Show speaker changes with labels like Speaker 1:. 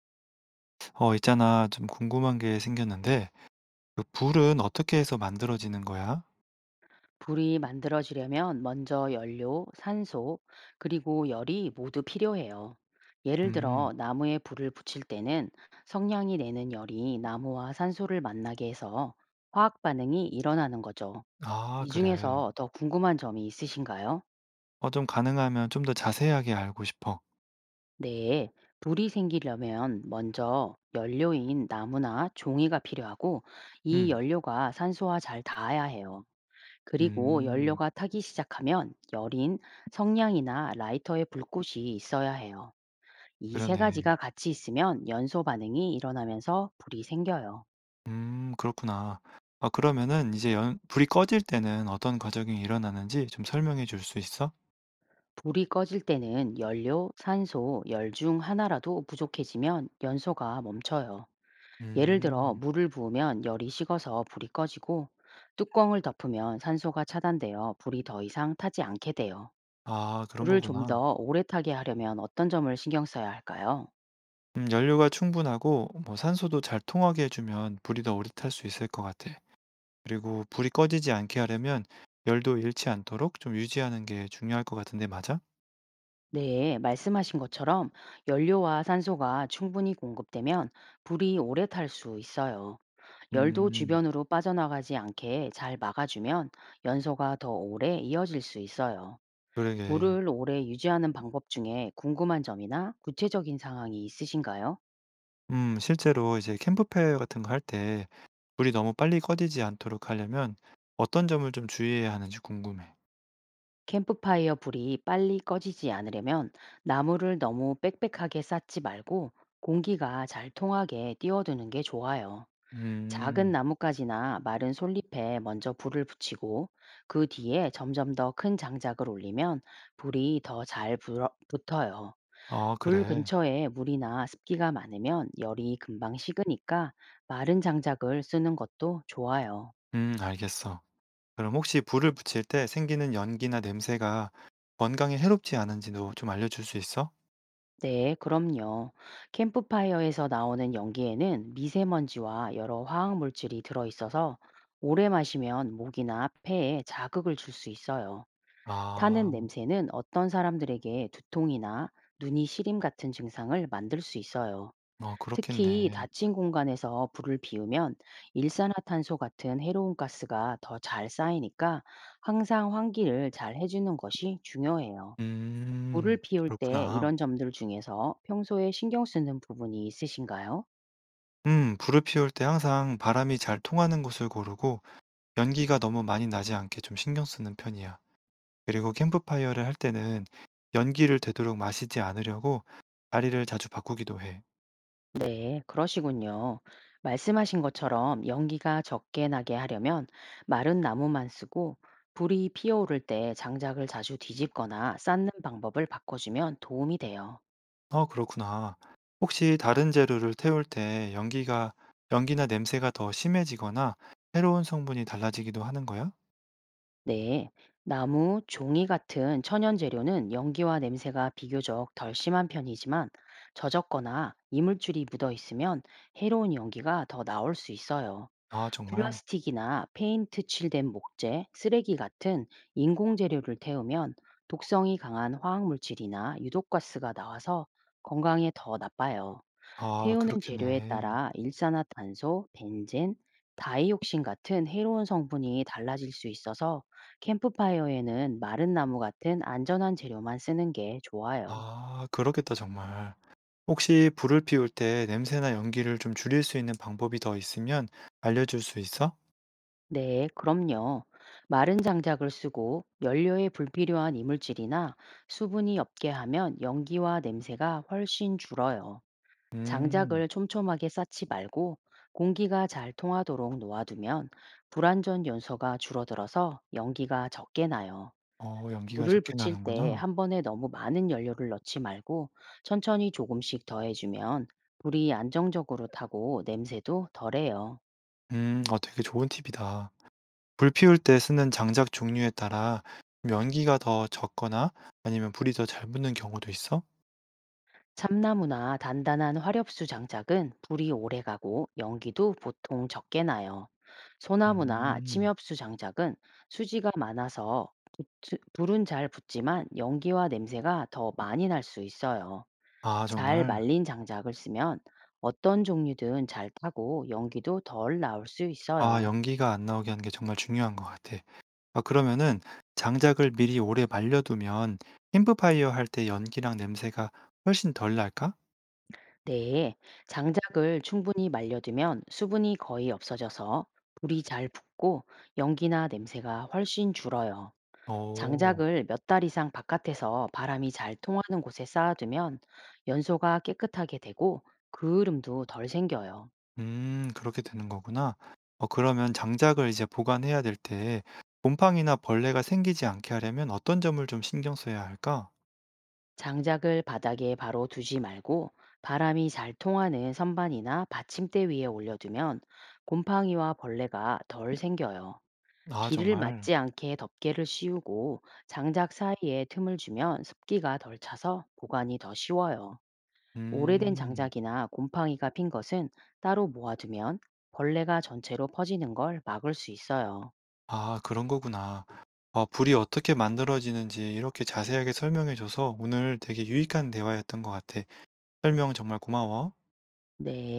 Speaker 1: 어, 있잖아. 좀 궁금한 게 생겼는데, 그 불은 어떻게 해서 만들어지는 거야?
Speaker 2: 불이 만들어지려면 먼저 연료, 산소, 그리고 열이 모두 필요해요. 예를 들어
Speaker 1: 음,
Speaker 2: 나무에 불을 붙일 때는 성냥이 내는 열이 나무와 산소를 만나게 해서 화학 반응이 일어나는 거죠.
Speaker 1: 아,
Speaker 2: 이
Speaker 1: 그래.
Speaker 2: 중에서 더 궁금한 점이 있으신가요?
Speaker 1: 어, 좀 가능하면 좀 더 자세하게 알고 싶어.
Speaker 2: 네, 불이 생기려면 먼저 연료인 나무나 종이가 필요하고 이
Speaker 1: 음,
Speaker 2: 연료가 산소와 잘 닿아야 해요. 그리고
Speaker 1: 음,
Speaker 2: 연료가 타기 시작하면 열인, 성냥이나 라이터의 불꽃이 있어야 해요. 이 세
Speaker 1: 그러네.
Speaker 2: 가지가 같이 있으면 연소 반응이 일어나면서 불이 생겨요.
Speaker 1: 그렇구나. 아, 그러면은 이제 불이 꺼질 때는 어떤 과정이 일어나는지 좀 설명해 줄 수 있어?
Speaker 2: 불이 꺼질 때는 연료, 산소, 열 중 하나라도 부족해지면 연소가 멈춰요. 예를 들어
Speaker 1: 음,
Speaker 2: 물을 부으면 열이 식어서 불이 꺼지고 뚜껑을 덮으면 산소가 차단되어 불이 더 이상 타지 않게 돼요.
Speaker 1: 아, 그런
Speaker 2: 불을 좀
Speaker 1: 거구나.
Speaker 2: 더 오래 타게 하려면 어떤 점을 신경 써야 할까요?
Speaker 1: 연료가 충분하고 뭐 산소도 잘 통하게 해주면 불이 더 오래 탈 수 있을 것 같아. 그리고 불이 꺼지지 않게 하려면 열도 잃지 않도록 좀 유지하는 게 중요할 것 같은데 맞아?
Speaker 2: 네, 말씀하신 것처럼 연료와 산소가 충분히 공급되면 불이 오래 탈 수 있어요. 열도
Speaker 1: 음.
Speaker 2: 주변으로 빠져나가지 않게 잘 막아주면 연소가 더 오래 이어질 수 있어요.
Speaker 1: 그러게.
Speaker 2: 불을 오래 유지하는 방법 중에 궁금한 점이나 구체적인 상황이 있으신가요?
Speaker 1: 실제로 이제 캠프페어 같은 거 할 때 불이 너무 빨리 꺼지지 않도록 하려면 어떤 점을 좀 주의해야 하는지 궁금해.
Speaker 2: 캠프파이어 불이 빨리 꺼지지 않으려면 나무를 너무 빽빽하게 쌓지 말고 공기가 잘 통하게 띄워두는 게 좋아요. 작은
Speaker 1: 음.
Speaker 2: 나뭇가지나 마른 솔잎에 먼저 불을 붙이고 그 뒤에 점점 더 큰 장작을 올리면 불이 더 잘 붙어요.
Speaker 1: 아
Speaker 2: 불
Speaker 1: 그래.
Speaker 2: 근처에 물이나 습기가 많으면 열이 금방 식으니까 마른 장작을 쓰는 것도 좋아요.
Speaker 1: 알겠어. 그럼 혹시 불을 붙일 때 생기는 연기나 냄새가 건강에 해롭지 않은지도 좀 알려줄 수 있어?
Speaker 2: 네, 그럼요. 캠프파이어에서 나오는 연기에는 미세먼지와 여러 화학 물질이 들어있어서 오래 마시면 목이나 폐에 자극을 줄 수 있어요. 타는
Speaker 1: 아.
Speaker 2: 냄새는 어떤 사람들에게 두통이나 눈이 시림 같은 증상을 만들 수 있어요.
Speaker 1: 어
Speaker 2: 특히
Speaker 1: 그렇겠네.
Speaker 2: 닫힌 공간에서 불을 피우면 일산화탄소 같은 해로운 가스가 더 잘 쌓이니까 항상 환기를 잘 해주는 것이 중요해요. 불을
Speaker 1: 음.
Speaker 2: 피울 때
Speaker 1: 그렇구나.
Speaker 2: 이런 점들 중에서 평소에 신경 쓰는 부분이 있으신가요?
Speaker 1: 불을 피울 때 항상 바람이 잘 통하는 곳을 고르고 연기가 너무 많이 나지 않게 좀 신경 쓰는 편이야. 그리고 캠프파이어를 할 때는 연기를 되도록 마시지 않으려고 자리를 자주 바꾸기도 해.
Speaker 2: 네, 그러시군요. 말씀하신 것처럼 연기가 적게 나게 하려면 마른 나무만 쓰고 불이 피어오를 때 장작을 자주 뒤집거나 쌓는 방법을 바꿔주면 도움이 돼요.
Speaker 1: 어, 그렇구나. 혹시 다른 재료를 태울 때 연기나 냄새가 더 심해지거나 새로운 성분이 달라지기도 하는 거야?
Speaker 2: 네, 나무, 종이 같은 천연 재료는 연기와 냄새가 비교적 덜 심한 편이지만 젖었거나 이물질이 묻어 있으면 해로운 연기가 더 나올 수 있어요.
Speaker 1: 아, 정말.
Speaker 2: 플라스틱이나 페인트 칠된 목재, 쓰레기 같은 인공 재료를 태우면 독성이 강한 화학 물질이나 유독가스가 나와서 건강에 더 나빠요.
Speaker 1: 아,
Speaker 2: 태우는 재료에
Speaker 1: 그렇겠네.
Speaker 2: 따라 일산화탄소, 벤젠, 다이옥신 같은 해로운 성분이 달라질 수 있어서 캠프파이어에는 마른 나무 같은 안전한 재료만 쓰는 게 좋아요.
Speaker 1: 아, 그렇겠다, 정말. 혹시 불을 피울 때 냄새나 연기를 좀 줄일 수 있는 방법이 더 있으면 알려줄 수 있어?
Speaker 2: 네, 그럼요. 마른 장작을 쓰고 연료에 불필요한 이물질이나 수분이 없게 하면 연기와 냄새가 훨씬 줄어요.
Speaker 1: 음,
Speaker 2: 장작을 촘촘하게 쌓지 말고 공기가 잘 통하도록 놓아두면 불완전 연소가 줄어들어서 연기가 적게 나요.
Speaker 1: 어, 연기가
Speaker 2: 불을
Speaker 1: 적게
Speaker 2: 붙일 때
Speaker 1: 나는구나.
Speaker 2: 한 번에 너무 많은 연료를 넣지 말고 천천히 조금씩 더해주면 불이 안정적으로 타고 냄새도 덜해요.
Speaker 1: 어, 되게 좋은 팁이다. 불 피울 때 쓰는 장작 종류에 따라 연기가 더 적거나 아니면 불이 더 잘 붙는 경우도 있어?
Speaker 2: 참나무나 단단한 화렵수 장작은 불이 오래 가고 연기도 보통 적게 나요. 소나무나
Speaker 1: 음,
Speaker 2: 침엽수 장작은 수지가 많아서 불은 잘 붙지만 연기와 냄새가 더 많이 날 수 있어요.
Speaker 1: 아,
Speaker 2: 잘
Speaker 1: 정말.
Speaker 2: 말린 장작을 쓰면 어떤 종류든 잘 타고 연기도 덜 나올 수
Speaker 1: 아,
Speaker 2: 있어요.
Speaker 1: 연기가 안 나오게 하는 게 정말 중요한 것 같아. 아, 그러면은 장작을 미리 오래 말려두면 캠프파이어 할 때 연기랑 냄새가 훨씬 덜 날까?
Speaker 2: 네, 장작을 충분히 말려두면 수분이 거의 없어져서 불이 잘 붙고 연기나 냄새가 훨씬 줄어요.
Speaker 1: 오.
Speaker 2: 장작을 몇 달 이상 바깥에서 바람이 잘 통하는 곳에 쌓아두면 연소가 깨끗하게 되고 그을음도 덜 생겨요.
Speaker 1: 그렇게 되는 거구나. 어 그러면 장작을 이제 보관해야 될 때 곰팡이나 벌레가 생기지 않게 하려면 어떤 점을 좀 신경 써야 할까?
Speaker 2: 장작을 바닥에 바로 두지 말고 바람이 잘 통하는 선반이나 받침대 위에 올려두면 곰팡이와 벌레가 덜 생겨요.
Speaker 1: 아
Speaker 2: 비를
Speaker 1: 정말.
Speaker 2: 맞지 않게 덮개를 씌우고 장작 사이에 틈을 주면 습기가 덜 차서 보관이 더 쉬워요. 오래된
Speaker 1: 음.
Speaker 2: 장작이나 곰팡이가 핀 것은 따로 모아두면 벌레가 전체로 퍼지는 걸 막을 수 있어요.
Speaker 1: 아 그런 거구나. 아 불이 어떻게 만들어지는지 이렇게 자세하게 설명해 줘서 오늘 되게 유익한 대화였던 것 같아. 설명 정말 고마워.
Speaker 2: 네.